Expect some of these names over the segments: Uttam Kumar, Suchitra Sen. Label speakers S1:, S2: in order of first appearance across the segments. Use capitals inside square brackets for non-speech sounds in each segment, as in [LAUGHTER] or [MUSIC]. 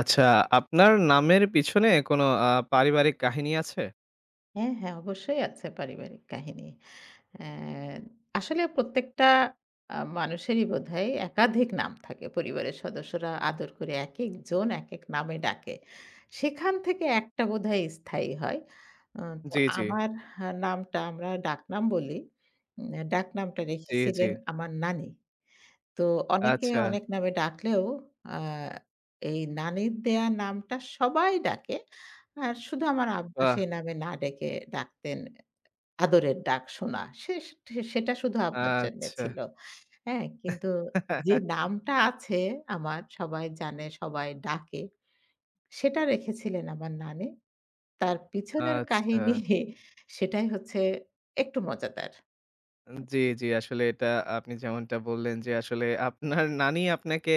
S1: আচ্ছা, আপনার নামের পিছনে কোনো পারিবারিক কাহিনী আছে?
S2: হ্যাঁ, হ্যাঁ, অবশ্যই আছে পারিবারিক কাহিনী। অ্যা আসলে প্রত্যেকটা মানুষেরই বোধহয় একাধিক নাম থাকে। পরিবারের সদস্যরা আদর করে একেকজন একেক নামে ডাকে। সেখান থেকে একটা বোধহয় স্থায়ী হয়। আ তো
S1: জি, জি,
S2: আমার নামটা আমরা ডাকনাম বলি। ডাকনামটা
S1: জি, জি।
S2: রেখেছিলেন আমার নানি। তো অনেকে
S1: আচ্ছা,
S2: অনেক নামে ডাকলেও আ এই নানির দেয়া নামটা সবাই ডাকে। আর শুধু আমার আব্বা
S1: বাহ!
S2: সেই নামে না ডেকে ডাকতেন আদরের ডাক শোনা। সে সে- সেটা শুধু আব্বার জন্যে
S1: আচ্ছা,
S2: ছিল। হ্যাঁ? কিন্তু যে
S1: [LAUGHS]
S2: নামটা আছে আমার সবাই জানে, সবাই ডাকে, সেটা রেখেছিলেন আমার নানি। তার পিছনের
S1: আচ্ছা।
S2: কাহিনী সেটাই হচ্ছে একটু মজাদার।
S1: জি, জি। আসলে এটা আপনি যেমনটা বললেন যে আসলে আপনার নানি আপনাকে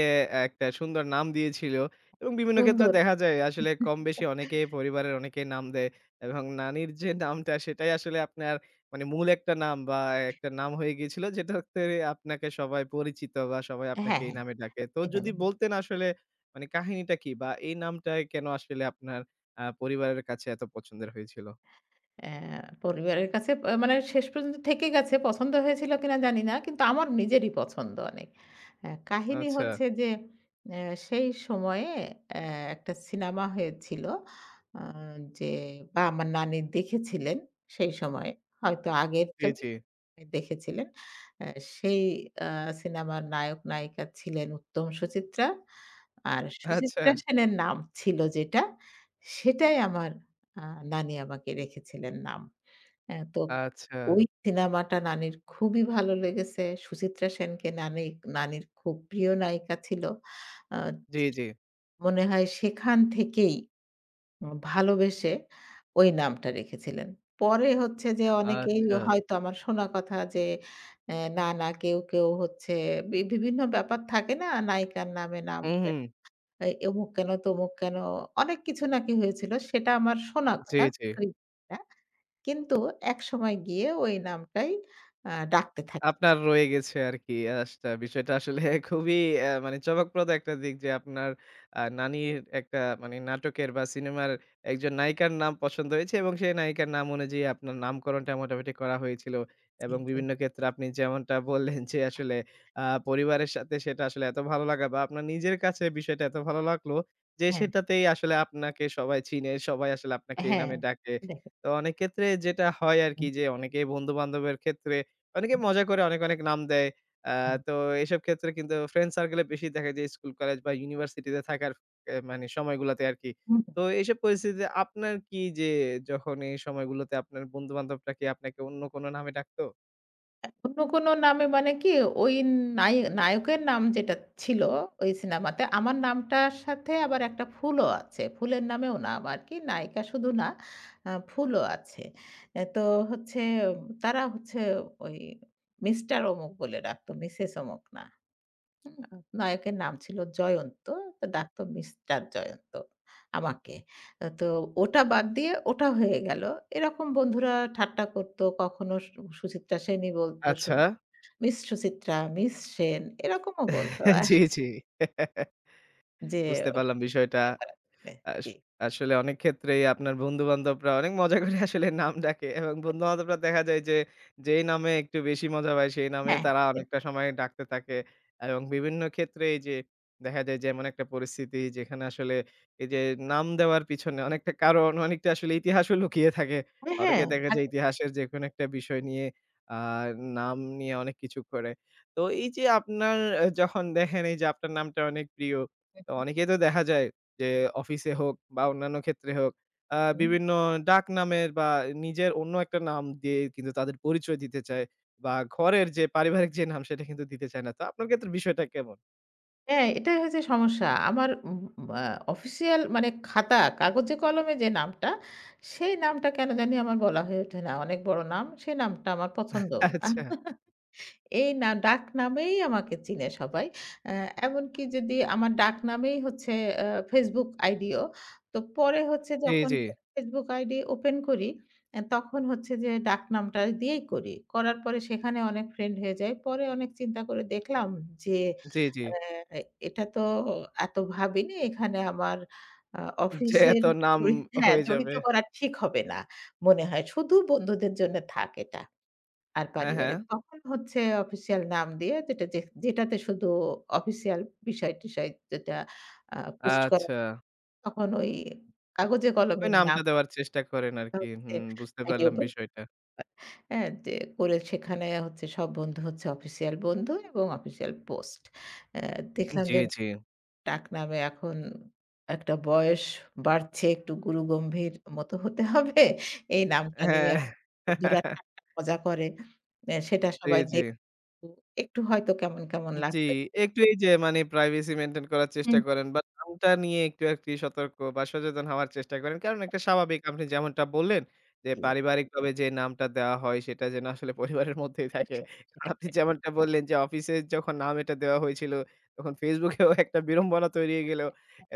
S1: একটা সুন্দর নাম দিয়েছিল এবং বিভিন্ন ক্ষেত্রে
S2: সুন্দর।
S1: দেখা যায় আসলে কম বেশি অনেকেই পরিবারের অনেকেই নাম দেয় এবং নানির যে নামটা সেটাই আসলে আপনার মানে মূল একটা নাম বা একটা নাম হয়ে গিয়েছিল যেটাতে আপনাকে সবাই পরিচিত বা সবাই আপনাকে
S2: হ্যাঁ,
S1: এই
S2: হ্যাঁ।
S1: নামে ডাকে। তো
S2: এই
S1: যদি
S2: নামে
S1: বলতেন আসলে মানে কাহিনীটা কি? বা এই নামটা কেন আসলে আপনার পরিবারের কাছে এত পছন্দের হয়েছিল?
S2: অ্যা পরিবারের কাছে মানে শেষ পর্যন্ত থেকে গেছে। পছন্দ হয়েছিল কিনা জানি না। কিন্তু আমার নিজেরই পছন্দ অনেক। কাহিনী
S1: আচ্ছা।
S2: হচ্ছে যে অ্যা সেই সময়ে অ্যা একটা সিনেমা হয়েছিল, আ যে বা আমার নানি দেখেছিলেন সেই সময়ে। হয়তো আগের
S1: জি,
S2: ছবি।
S1: জি।
S2: দেখেছিলেন। অ্যা সেই আ সিনেমার নায়ক-নায়িকা ছিলেন উত্তম সুচিত্রা। আর
S1: আচ্ছা,
S2: সুচিত্রা সেনের নাম ছিল যেটা, সেটাই আমার আ নানি আমাকে রেখেছিলেন নাম। হ্যাঁ, তো
S1: আচ্ছা।
S2: ওই সিনেমাটা নানির খুবই ভালো লেগেছে। সুচিত্রা সেনকে নানি নানির খুব প্রিয় নায়িকা ছিল। আ
S1: জি, জি।
S2: মনে হয় সেখান থেকেই ভালোবেসে ওই নামটা রেখেছিলেন। পরে হচ্ছে যে অনেকেই
S1: আচ্ছা।
S2: হয়তো আমার শোনা কথা যে না, না, কেউ হচ্ছে বিভিন্ন ব্যাপার থাকে না? নায়িকার নামে নাম
S1: হুম,
S2: দেয়।
S1: হুম।
S2: এই অমুক কেন, তমুক কেন অনেক কিছু নাকি হয়েছিল। সেটা আমার শোনা
S1: জি,
S2: কথা,
S1: জি।
S2: কিছুই জানি না। কিন্তু একসময় গিয়ে ওই নামটাই ডাকতে থাকি।
S1: আপনার রয়ে গেছে আরকি আশটা বিষয়টা আসলে [LAUGHS] খুবই মানে চমকপ্রদ একটা দিক যে আপনার নানির একটা মানে নাটকের বা সিনেমার একজন নায়িকার নাম পছন্দ হয়েছে এবং সেই নায়িকার নাম অনুযায়ী আপনার নামকরণটা মোটামুটি করা হয়েছিল
S2: জি,
S1: এবং
S2: জি।
S1: বিভিন্ন ক্ষেত্রে আপনি যেমনটা বললেন যে আসলে আ পরিবারের সাথে সেটা আসলে এত ভালো লাগা বা আপনার নিজের কাছে বিষয়টা এত ভালো লাগলো যে
S2: হ্যাঁ,
S1: সেটাতেই আসলে আপনাকে সবাই চিনে, সবাই আসলে আপনাকে এই
S2: হ্যাঁ।
S1: নামে ডাকে।
S2: দেখেন।
S1: তো অনেক ক্ষেত্রে যেটা হয় আরকি যে অনেকেই বন্ধু-বান্ধবের ক্ষেত্রে অনেকে মজা করে অনেক নাম দেয়। আ তো এসব ক্ষেত্রে কিন্তু ফ্রেন্ড সার্কেলে বেশি দেখা যায় স্কুল, কলেজ বা ইউনিভার্সিটিতে থাকার মানে সময়গুলাতে আরকি।
S2: হুম।
S1: তো এইসব পরিস্থিতিতে আপনার কি যে যখন এই সময়গুলোতে আপনার বন্ধু-বান্ধবরা কি আপনাকে অন্য কোনো নামে ডাকতো?
S2: অন্য কোনো নামে মানে কি ওই নায়কের নাম যেটা ছিল ওই সিনেমাতে আমার নামটার সাথে আবার একটা ফুলও আছে। ফুলের নামেও নাম আরকি। নায়িকা শুধু না, ফুলও আছে। এ তো হচ্ছে, তারা হচ্ছে ওই মিস্টার অমুক বলে ডাকতো, মিসেস অমুক না। হুম? নায়কের নাম ছিল জয়ন্ত। তো ডাকতো মিস্টার জয়ন্ত আমাকে। তো ওটা বাদ দিয়ে ওটা হয়ে গেল। এরকম বন্ধুরা ঠাট্টা করত। কখনো সুচিত্রা সেনই বলত,
S1: আচ্ছা।
S2: মিস সুচিত্রা, মিস সেন এরকমও বলত
S1: [LAUGHS]
S2: আর
S1: জি, জি।
S2: যে
S1: বুঝতে পারলাম বিষয়টা।
S2: [UNINTELLIGIBLE]
S1: আস
S2: জি।
S1: আসলে অনেক ক্ষেত্রেই আপনার বন্ধু-বান্ধবরা অনেক মজা করে আসলে নাম ডাকে এবং বন্ধু-বান্ধবরা দেখা যায় যে, যেই নামে একটু বেশি মজা পায় সেই নামে
S2: হ্যাঁ,
S1: তারা অনেকটা সময় ডাকতে থাকে এবং বিভিন্ন ক্ষেত্রে এই যে দেখা যায় যে এমন একটা পরিস্থিতি যেখানে আসলে এই যে নাম দেওয়ার পিছনে অনেকটা কারণ, অনেকটা আসলে ইতিহাসও লুকিয়ে থাকে।
S2: হ্যাঁ, হ্যাঁ,
S1: অনেকে দেখা যায়
S2: থাকে।
S1: ইতিহাসের যেকোনো একটা বিষয় নিয়ে আ নাম নিয়ে অনেক কিছু করে। তো এই যে আপনার যখন দেখেন এই যে আপনার নামটা অনেক প্রিয়, তো অনেকেই তো দেখা যায় যে অফিসে হোক বা অন্যান্য ক্ষেত্রে হোক বিভিন্ন ডাকনামের বা নিজের অন্য একটা নাম দিয়ে কিন্তু তাদের পরিচয় দিতে চায় বা ঘরের যে পারিবারিক যে নাম সেটা কিন্তু দিতে চায় না। তো আপনার ক্ষেত্রে বিষয়টা কেমন?
S2: হ্যাঁ, এটাই হচ্ছে সমস্যা। আমার উম আ অফিসিয়াল মানে খাতা কাগজে কলমে যে নামটা, সেই নামটা কেন জানি আমার বলা হয়ে ওঠে না। অনেক বড় নাম, সেই নামটা আমার পছন্দও না।
S1: আচ্ছা।
S2: এই ডাকনামেই আমাকে চিনে সবাই। অ্যা এমনকি যদি আমার ডাকনামেই হচ্ছে অ্যা Facebook আইডিও। তো পরে হচ্ছে
S1: জি,
S2: যখন
S1: জি।
S2: Facebook আইডি ওপেন করি, তখন হচ্ছে যে ডাকনামটা দিয়েই করি। করার পরে সেখানে অনেক ফ্রেন্ড হয়ে যায়। পরে অনেক চিন্তা করে দেখলাম যে
S1: জি, জি।
S2: অ্যা এটা তো এত ভাবিনি। এখানে আমার আ
S1: যে
S2: অফিসের
S1: এত নাম
S2: জড়ি হ্যাঁ,
S1: হয়ে
S2: জড়িত
S1: যাবে।
S2: করা ঠিক হবে না মনে হয়। শুধু বন্ধুদের জন্য থাক এটা। আর
S1: হ্যাঁ, হ্যাঁ।
S2: পারিবারিক। তখন হচ্ছে অফিসিয়াল নাম দিয়ে যেটা যেটাতে শুধু অফিসিয়াল বিষয়-টিষয় যেটা আ পোস্ট করা,
S1: আচ্ছা।
S2: তখন ওই কাগজে
S1: ওই
S2: কলমের
S1: নামটা
S2: নামটা
S1: দেওয়ার চেষ্টা করেন আরকি।
S2: হচ্ছে
S1: হুম, বুঝতে
S2: আইডি
S1: পারলাম
S2: ওপেন,
S1: বিষয়টা।
S2: হ্যাঁ? যে করে সেখানে হচ্ছে সব বন্ধু হচ্ছে অফিসিয়াল বন্ধু এবং অফিসিয়াল পোস্ট। অ্যা দেখলাম
S1: জি,
S2: যে
S1: জি।
S2: ডাকনামে এখন একটা বয়স বাড়ছে, একটু গুরু গম্ভীর মতো হতে হবে। এই নামটা নিয়ে
S1: হ্যাঁ।
S2: বন্ধুরা
S1: [LAUGHS]
S2: ঠাট্টা মজা করে। সেটা
S1: জি,
S2: সবাই
S1: জি।
S2: দেখ, তো একটু হয়তো কেমন, কেমন
S1: জি,
S2: লাগতো।
S1: একটু এই যে মানে প্রাইভেসি মেইনটেইন করার চেষ্টা
S2: হুম।
S1: করেন বা নামটা নিয়ে একটু আরকি সতর্ক বা সচেতন হওয়ার চেষ্টা করেন। কারণ একটা স্বাভাবিক আপনি যেমনটা বললেন যে
S2: জি,
S1: পারিবারিকভাবে যে নামটা দেওয়া হয় সেটা যেন আসলে পরিবারের মধ্যেই থাকে।
S2: সে
S1: কারণ আপনি
S2: সেটাই,
S1: যেমনটা বললেন যে অফিসে যখন নাম এটা দেওয়া হয়েছিল তখন Facebook এও একটা বিড়ম্বনা তৈরি হয়ে গেল।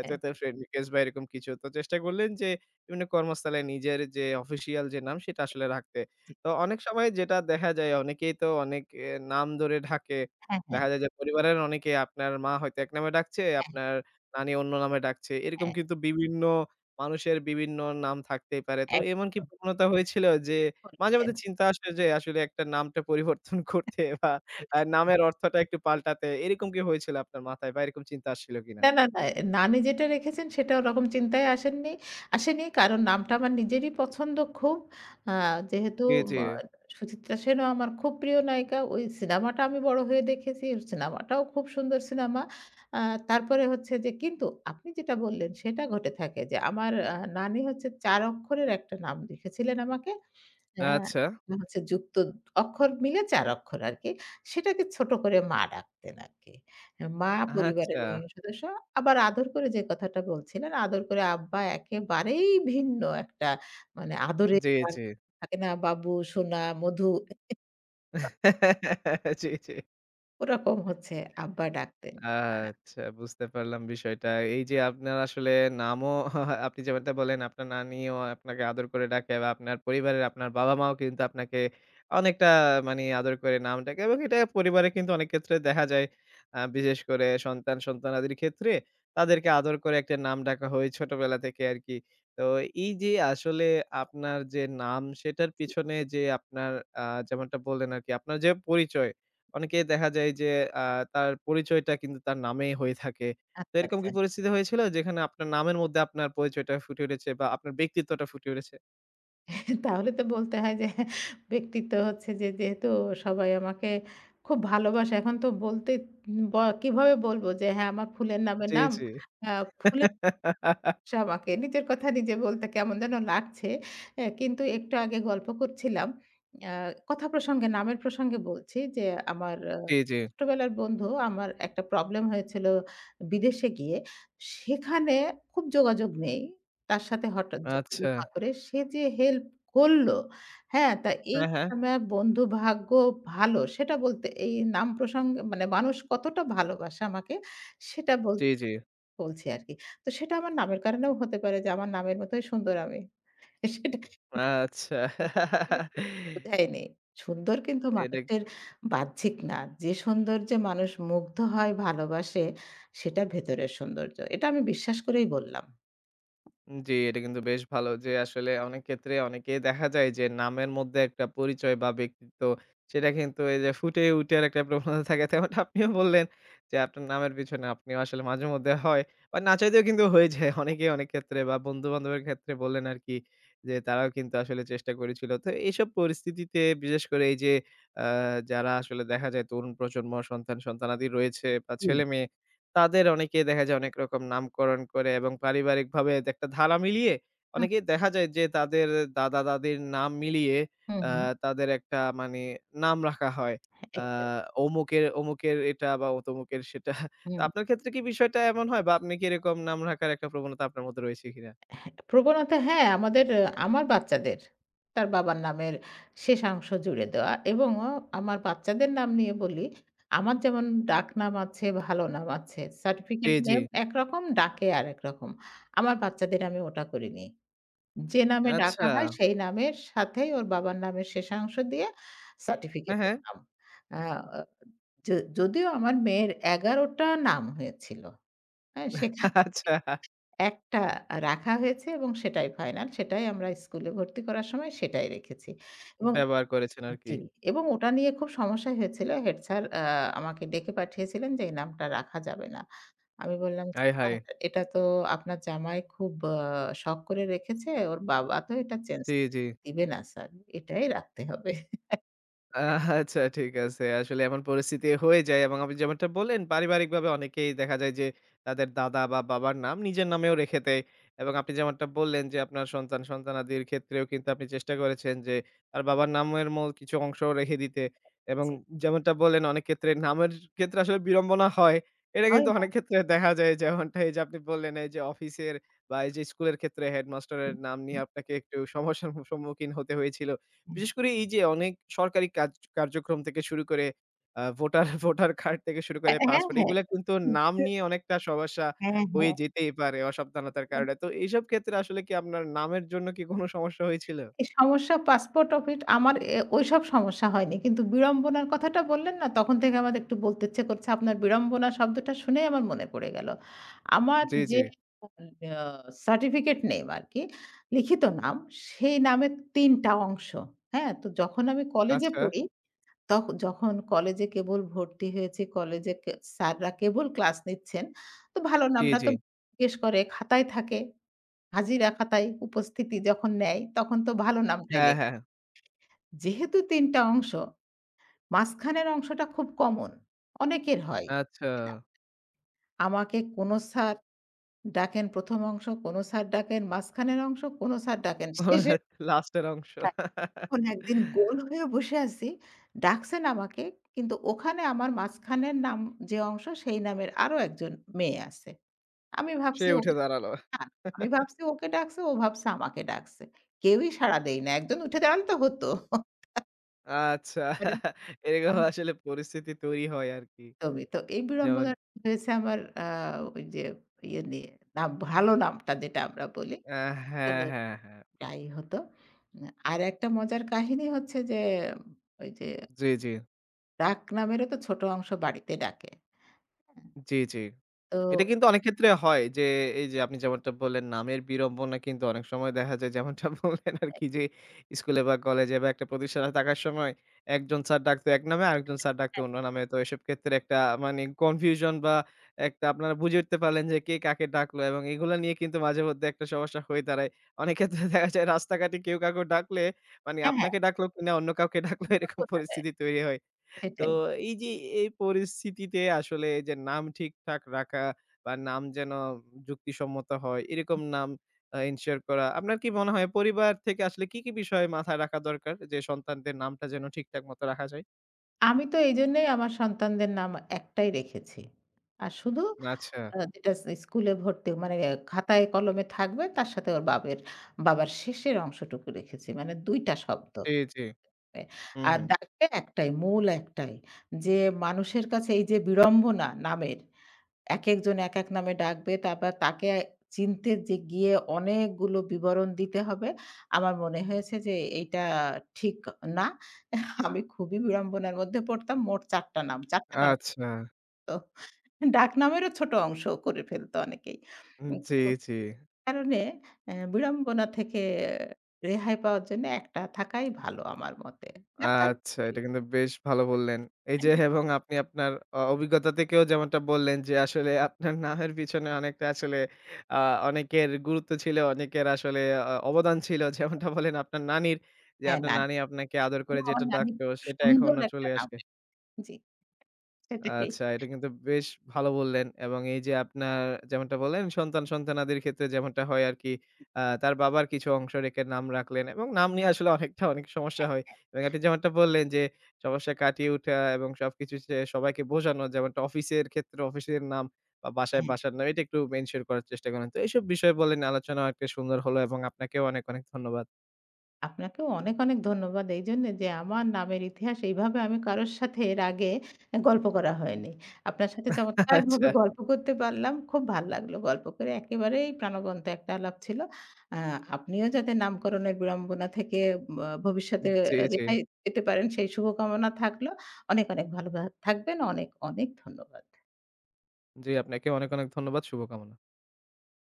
S1: এত, এত ফ্রেন্ড রিকোয়েস্ট বা এরকম কিছু। তো চেষ্টা করলেন যে বিভিন্ন কর্মস্থলে নিজের যে অফিসিয়াল যে নাম সেটা আসলে রাখতে।
S2: জি।
S1: তো অনেক সময় যেটা দেখা যায় অনেকেই তো অনেক নাম ধরে ডাকে।
S2: হ্যাঁ, হ্যাঁ,
S1: দেখা যায় যে পরিবারের অনেকে আপনার মা হয়তো এক নামে ডাকছে, আপনার নানি অন্য নামে ডাকছে। এরকম
S2: হ্যাঁ।
S1: কিন্তু বিভিন্ন মানুষের বিভিন্ন নাম থাকতেই পারে। তো এমন কি
S2: একদম
S1: প্রবণতা হয়েছিল যে মাঝে,
S2: বলেছেন।
S1: মাঝে চিন্তা আসে যে আসলে একটা নামটা পরিবর্তন [LAUGHS] করতে বা নামের অর্থটা একটু পাল্টাতে এরকম কি হয়েছিল আপনার মাথায় বা এরকম চিন্তা আসছিল কিনা?
S2: না, না, না। নানি যেটা রেখেছেন সেটা ওরকম চিন্তায় আসেননি, আসেনি। কারণ নামটা আমার নিজেরই পছন্দ খুব। আ যেহেতু
S1: জি, জি।
S2: আ সুচিত্রা সেনও আমার খুব প্রিয় নায়িকা। ওই সিনেমাটা আমি বড় হয়ে দেখেছি। সিনেমাটাও খুব সুন্দর সিনেমা। আ তারপরে হচ্ছে যে কিন্তু আপনি যেটা বললেন সেটা ঘটে থাকে যে আমার নানি হচ্ছে ৪ অক্ষরের একটা নাম লিখেছিলেন আমাকে। হ্যাঁ,
S1: আচ্ছা,
S2: একটা হচ্ছে যুক্ত অক্ষর মিলে ৪ অক্ষর আরকি। সেটাকে ছোট করে মা ডাকতেন আরকি। মা, পরিবারের
S1: আচ্ছা।
S2: অন্যান্য সদস্য। আবার আদর করে যে কথাটা বলছিলেন, আদর করে আব্বা একেবারেই ভিন্ন একটা, মানে আদরের
S1: জি,
S2: ডাক
S1: জি।
S2: থাকে না বাবু, সোনা, মধু,
S1: [LAUGHS] জি, জি।
S2: ওরকম হচ্ছে আব্বা ডাকতেন। আ
S1: আচ্ছা বুঝতে পারলাম বিষয়টা। এই যে আপনার আসলে নামও [LAUGHS] আপনি যেমনটা বললেন আপনার নানিও আপনাকে আদর করে ডাকে বা আপনার পরিবারের আপনার বাবা-মাও কিন্তু আপনাকে অনেকটা মানি আদর করে নাম ডাকে এবং এটা পরিবারে কিন্তু অনেক ক্ষেত্রে দেখা যায়। বিশেষ করে সন্তান, সন্তানাদির ক্ষেত্রে তাদেরকে আদর করে একটা নাম ডাকা হয় ছোটবেলা থেকে আরকি। তো এই যে আসলে আপনার যে নাম সেটার পিছনে যে আপনার যেমনটা বললেন আরকি আপনার যে পরিচয় অনেকেই দেখা যায় যে আ তার পরিচয়টা কিন্তু তার নামেই হয়ে থাকে। তো
S2: আচ্ছা,
S1: এরকম
S2: আচ্ছা।
S1: কি পরিস্থিতি হয়েছিল যেখানে আপনার নামের মধ্যে আপনার পরিচয়টা ফুটে উঠেছে বা আপনার ব্যক্তিত্বটা ফুটে উঠেছে?
S2: তাহলে তো বলতে হয় যে ব্যক্তিত্ব হচ্ছে যে যেহেতু সবাই আমাকে খুব ভালোবাসে। এখন তো বলতে ব কিভাবে বলব যে হ্যাঁ, আমার ফুলের নামে
S1: জি,
S2: নাম।
S1: জি।
S2: আ ফুলের
S1: [LAUGHS]
S2: সে আমাকে নিজের কথা নিজে বলতে কেমন যেন লাগছে। কিন্তু একটু আগে গল্প করছিলাম। আ কথা প্রসঙ্গে নামের প্রসঙ্গে বলছি যে আমার
S1: জি, জি।
S2: ছোটবেলার বন্ধু, আমার একটা প্রবলেম হয়েছিল বিদেশে গিয়ে। সেখানে খুব যোগাযোগ নেই। তার সাথে হঠাৎ যোগাযোগ
S1: আচ্ছা।
S2: না করে সে যে হেল্প করলো, হ্যাঁ? তা এই
S1: হ্যাঁ,
S2: যে
S1: হ্যাঁ।
S2: আমার বন্ধু ভাগ্য ভালো সেটা বলতে এই নাম প্রসঙ্গে মানে মানুষ কতটা ভালোবাসে আমাকে সেটা
S1: জি, জি।
S2: বলছি আরকি। তো সেটা আমার নামের কারণেও হতে পারে যে আমার নামের মতোই সুন্দর আমি। সেটা
S1: আচ্ছা। [LAUGHS]
S2: বুঝায়নি। সুন্দর কিন্তু
S1: এটা
S2: মানুষের বাহ্যিক না। যে সৌন্দর্যে মানুষ মুগ্ধ হয়, ভালোবাসে, সেটা ভেতরের সৌন্দর্য। এটা আমি বিশ্বাস করেই বললাম।
S1: জি, এটা কিন্তু বেশ ভালো যে আসলে অনেক ক্ষেত্রে অনেকেই দেখা যায় যে নামের মধ্যে একটা পরিচয় বা ব্যক্তিত্ব সেটা কিন্তু এই যে ফুটে উঠার একটা প্রবণতা থাকে। তেমনটা আপনিও বললেন যে আপনার নামের পিছনে আপনিও আসলে মাঝেমধ্যে হয় বা না চাইতেও কিন্তু হয়ে যায় অনেকেই অনেক ক্ষেত্রে বা বন্ধু-বান্ধবের ক্ষেত্রে বললেন আরকি যে তারাও কিন্তু আসলে চেষ্টা করেছিল। তো এইসব পরিস্থিতিতে বিশেষ করে এই যে আ যারা আসলে দেখা যায় তরুণ প্রজন্ম সন্তান-সন্তানাদি রয়েছে বা
S2: জি।
S1: ছেলেমেয়ে তাদের অনেকেই দেখা যায় অনেক রকম নামকরণ করে এবং পারিবারিকভাবে একটা ধারা মিলিয়ে
S2: হুম,
S1: অনেকেই দেখা যায় যে তাদের দাদা-দাদির নাম মিলিয়ে
S2: হুম,
S1: আ
S2: হুম।
S1: তাদের একটা মানে নাম রাখা হয়।
S2: হ্যাঁ,
S1: আ
S2: একদম।
S1: অমুকের, অমুকের এটা বা তমুকের সেটা। তো
S2: হুম।
S1: আপনার ক্ষেত্রে কি বিষয়টা এমন হয় বা আপনি কি এরকম নাম রাখার একটা প্রবণতা আপনার মধ্যে রয়েছে কিনা?
S2: প্রবণতা হ্যাঁ, আমাদের আমার বাচ্চাদের তার বাবার নামের শেষাংশ জুড়ে দেওয়া এবং আমার বাচ্চাদের নাম নিয়ে বলি, আমার যেমন ডাকনাম আছে, ভালো নাম আছে। সার্টিফিকেট
S1: জি, জি।
S2: নেম একরকম, ডাকে আরেক রকম। আমার বাচ্চাদের আমি ওটা করিনি। যে নামে
S1: আচ্ছা।
S2: ডাকা হয় সেই নামের সাথেই ওর বাবার নামের শেষাংশ দিয়ে
S1: হ্যাঁ,
S2: সার্টিফিকেটের
S1: হ্যাঁ।
S2: নাম। আ অ য যদিও আমার মেয়ের ১১ টা নাম হয়েছিল। হ্যাঁ? সেখান
S1: আচ্ছা
S2: একটা রাখা হয়েছে এবং সেটাই ফাইনাল। সেটাই আমরা স্কুলে ভর্তি করার সময় সেটাই রেখেছি। এবং
S1: ব্যবহার করেছেন
S2: জি,
S1: আরকি।
S2: এবং ওটা নিয়ে খুব সমস্যা হয়েছিল। হেড স্যার আমাকে ডেকে পাঠিয়েছিলেন যে এই নামটা রাখা যাবে না। আমি বললাম,
S1: আয়
S2: "স্যার
S1: হায়!
S2: এটা তো আপনার জামাই খুব শখ করে রেখেছে। ওর বাবা তো এটা চেঞ্জ
S1: জি, জি।
S2: দিবে না স্যার। এটাই রাখতে হবে।" [LAUGHS]
S1: আচ্ছা ঠিক আছে। আসলে এমন পরিস্থিতি হয়ে যায় এবং আপনি যেমনটা বললেন পারিবারিকভাবে অনেকেই দেখা যায় যে তাদের দাদা বা বাবার নাম নিজের নামেও রেখে দেয়। এবং আপনি যেমনটা বললেন যে আপনার সন্তান সন্তানাদির ক্ষেত্রেও কিন্তু আপনি চেষ্টা করেছেন যে তার বাবার নামের মূল কিছু অংশ রেখে দিতে। এবং
S2: জি।
S1: যেমনটা বললেন অনেক ক্ষেত্রে নামের ক্ষেত্রে আসলে বিড়ম্বনা হয়। এটা
S2: হয়
S1: কিন্তু
S2: না।
S1: অনেক ক্ষেত্রে দেখা যায় যেমনটা এই যে আপনি বললেন এই যে অফিসের বা এই যে স্কুলের ক্ষেত্রে হেডমাস্টারের নাম নিয়ে আপনাকে একটু সমস্যার সম্মুখীন হতে হয়েছিল। বিশেষ করে এই যে অনেক সরকারি কাজ কার্যক্রম থেকে শুরু করে ভোটার [LAUGHS] কার্ড থেকে শুরু করে
S2: হ্যাঁ, হ্যাঁ,
S1: পাসপোর্ট
S2: হ্যাঁ।
S1: এগুলা কিন্তু নাম নিয়ে অনেকটা সমস্যা
S2: হ্যাঁ,
S1: হয়ে
S2: হ্যাঁ।
S1: যেতেই পারে অসাবধানতার কারণে। তো এইসব ক্ষেত্রে আসলে কি আপনার নামের জন্য কি কোনো সমস্যা হয়েছিল?
S2: এই সমস্যা পাসপোর্ট অফিস আমার ওইসব সমস্যা হয়নি। কিন্তু বিড়ম্বনার কথাটা বললেন না, তখন থেকে আমার একটু বলতে ইচ্ছে করছে। আপনার বিড়ম্বনা শব্দটা শুনেই আমার মনে পড়ে গেল। আমার
S1: জি, জি।
S2: যে আ সার্টিফিকেট নেম আরকি, লিখিত নাম, সেই নামের ৩ টা অংশ। হ্যাঁ? তো যখন আমি কলেজে
S1: আচ্ছা।
S2: পড়ি, যখন কলেজে কেবল ভর্তি হয়েছি, কলেজে কে স্যাররা কেবল ক্লাস নিচ্ছেন, তো ভালো
S1: জি,
S2: নামটা
S1: জি।
S2: তো জিজ্ঞেস করে, খাতায় থাকে। হাজিরা খাতায় উপস্থিতি যখন নেয়, তখন তো ভালো নামটাই
S1: হ্যাঁ,
S2: লেখে।
S1: হ্যাঁ।
S2: যেহেতু ৩ টা অংশ, মাঝখানের অংশটা খুব কমন। অনেকের হয়।
S1: আচ্ছা।
S2: আমাকে কোনো স্যার ডাকেন ১ম অংশ, কোনো স্যার ডাকেন মাঝখানের অংশ, কোনো স্যার ডাকেন শেষের।
S1: [LAUGHS] লাস্টের অংশ।
S2: এখন একদিন গোল হয়ে বসে আছি। ডাকছেন আমাকে, কিন্তু ওখানে আমার মাঝখানের নাম যে অংশ, সেই নামের আরো একজন মেয়ে আছে। আমি
S1: সে
S2: ভাবছি
S1: উঠে
S2: ওকে
S1: দাঁড়ালো।
S2: ডাক আমি ভাবছি ওকে ডাকছে, ও ভাবছে আমাকে ডাকছে। কেউই সাড়া দেয় না। একজন উঠে দাঁড়ালে তো হতো।
S1: আচ্ছা।
S2: করেন
S1: এরকম আসলে পরিস্থিতি তৈরি হয় আরকি।
S2: একদমই। তো এই
S1: যেমন
S2: বিড়ম্বনাটা হয়েছে আমার ওই যে ইয়ে নিয়ে নাম, ভালো নামটা যেটা আমরা বলি,
S1: আ
S2: এটা
S1: হ্যাঁ,
S2: নিয়ে
S1: হ্যাঁ, হ্যাঁ।
S2: প্রায়ই হতো। আরেকটা মজার কাহিনী হচ্ছে যে ওই যে
S1: জি, জি।
S2: ডাকনামেরও তো ছোট অংশ বাড়িতে ডাকে। হ্যাঁ?
S1: জি, জি।
S2: তো
S1: এটা কিন্তু অনেক ক্ষেত্রে হয় যে, এই যে আপনি যেমনটা বললেন নামের বিড়ম্বনা কিন্তু অনেক সময় দেখা যায় যেমনটা [LAUGHS] বললেন আরকি যে, স্কুলে বা কলেজে বা একটা প্রতিষ্ঠানে থাকার সময় একজন স্যার ডাকতো এক নামে, আরেকজন স্যার ডাকতো অন্য নামে। তো এসব ক্ষেত্রে একটা মানে কনফিউশন বা একটা আপনারা বুঝে উঠতে পারলেন যে কে কাকে ডাকলো এবং এগুলা নিয়ে কিন্তু মাঝে মধ্যে একটা সমস্যা হয়ে দাঁড়ায়। অনেক ক্ষেত্রে [LAUGHS] দেখা যায় রাস্তাঘাটে কেউ কাউকে ডাকলে মানে
S2: হ্যাঁ, হ্যাঁ,
S1: আপনাকে ডাকলো কিনা অন্য কাউকে [LAUGHS] ডাকলো এরকম
S2: বোঝা যায়।
S1: পরিস্থিতি তৈরি হয়। তো
S2: সেটাই।
S1: এই যে এই পরিস্থিতিতে আসলে যে নাম ঠিকঠাক রাখা বা নাম যেন যুক্তিসম্মত হয় এরকম নাম এনশিওর করা। আপনার কি মনে হয় পরিবার থেকে আসলে কি, কি বিষয়ে মাথায় রাখা দরকার যে সন্তানদের নামটা যেন ঠিকঠাক মতো রাখা যায়?
S2: আমি তো এইজন্যই আমার সন্তানদের নাম একটাই রেখেছি। আর শুধু
S1: আচ্ছা।
S2: যেটা স্কুলে ভর্তি মানে খাতায় কলমে থাকবে তার সাথে ওর বাবের বাবার শেষের অংশটুকু রেখেছি। মানে ২ টা শব্দ।
S1: জি, জি।
S2: হয়।
S1: হুম,
S2: আর
S1: হুম।
S2: ডাকে একটাই, মূল একটাই যে মানুষের কাছে এই যে বিড়ম্বনা নামের, একেকজন একেক নামে ডাকবে, তারপর তাকে চিনতে যে গিয়ে অনেকগুলো বিবরণ দিতে হবে। আমার মনে হয়েছে যে এইটা ঠিক না। আমি খুবই বিড়ম্বনার মধ্যে পড়তাম। মোট ৪ টা নাম, ৪ টা কেন,
S1: আচ্ছা।
S2: তো ডাকনামেরও ছোট অংশ করে ফেলত অনেকেই।
S1: জি,
S2: তো
S1: জি।
S2: কারণে বিড়ম্বনা থেকে রেহাই পাওয়ার জন্য একটা থাকাই ভালো আমার মতে। যার যার
S1: আচ্ছা, এটা কিন্তু বেশ ভালো বললেন। এই যে এবং আপনি আপনার অভিজ্ঞতা থেকেও যেমনটা বললেন যে আসলে আপনার নামের পিছনে অনেকটা আসলে আ অনেকের গুরুত্ব ছিল, অনেকের আসলে অবদান ছিল। যেমনটা বলেন আপনার নানির যে
S2: হ্যাঁ,
S1: আপনার
S2: নানি।
S1: নানি আপনাকে আদর করে
S2: এবং
S1: যেটা
S2: আমার নানি
S1: ডাকতো
S2: খুব
S1: সেটা
S2: সুন্দর
S1: এখনো
S2: একটা
S1: চলে
S2: নাম
S1: আসে।
S2: রাখেন। জি, সেটাই।
S1: আচ্ছা, এটা কিন্তু বেশ ভালো বললেন এবং এই যে আপনার যেমনটা বললেন সন্তান-সন্তানাদির ক্ষেত্রে যেমনটা হয় আরকি তার বাবার কিছু অংশ রেখে নাম রাখলেন এবং নাম নিয়ে আসলে অনেকটা অনেক সমস্যা হয় এবং আপনি যেমনটা বললেন যে সমস্যা কাটিয়ে উঠা এবং সবকিছু সবাইকে বোঝানো যেমনটা অফিসের ক্ষেত্রে অফিসের নাম বা বাসায়
S2: হ্যাঁ,
S1: বাসার নাম এটা একটু মেনশন করার চেষ্টা করেন। তো এইসব বিষয়ে বললেন আলোচনা একটা সুন্দর হলো এবং আপনাকেও অনেক ধন্যবাদ।
S2: আপনাকেও অনেক, অনেক ধন্যবাদ এইজন্যে যে আমার নামের ইতিহাস এইভাবে আমি কারোর সাথে এর আগে গল্প করা হয়নি। আপনার সাথে
S1: [LAUGHS] আচ্ছা।
S2: চমৎকারভাবে গল্প করতে পারলাম। খুব ভাল লাগলো গল্প করে। একেবারেই প্রাণবন্ত একটা আলাপ ছিল। আ আপনিও যাতে নামকরণের বিড়ম্বনা থেকে বা ভবিষ্যতে
S1: জি, জি।
S2: রেহাই পেতে পারেন সেই শুভকামনা থাকলো। অনেক, অনেক ভালো থাকবেন। অনেক, অনেক ধন্যবাদ।
S1: জি, আপনাকেও অনেক ধন্যবাদ। শুভকামনা।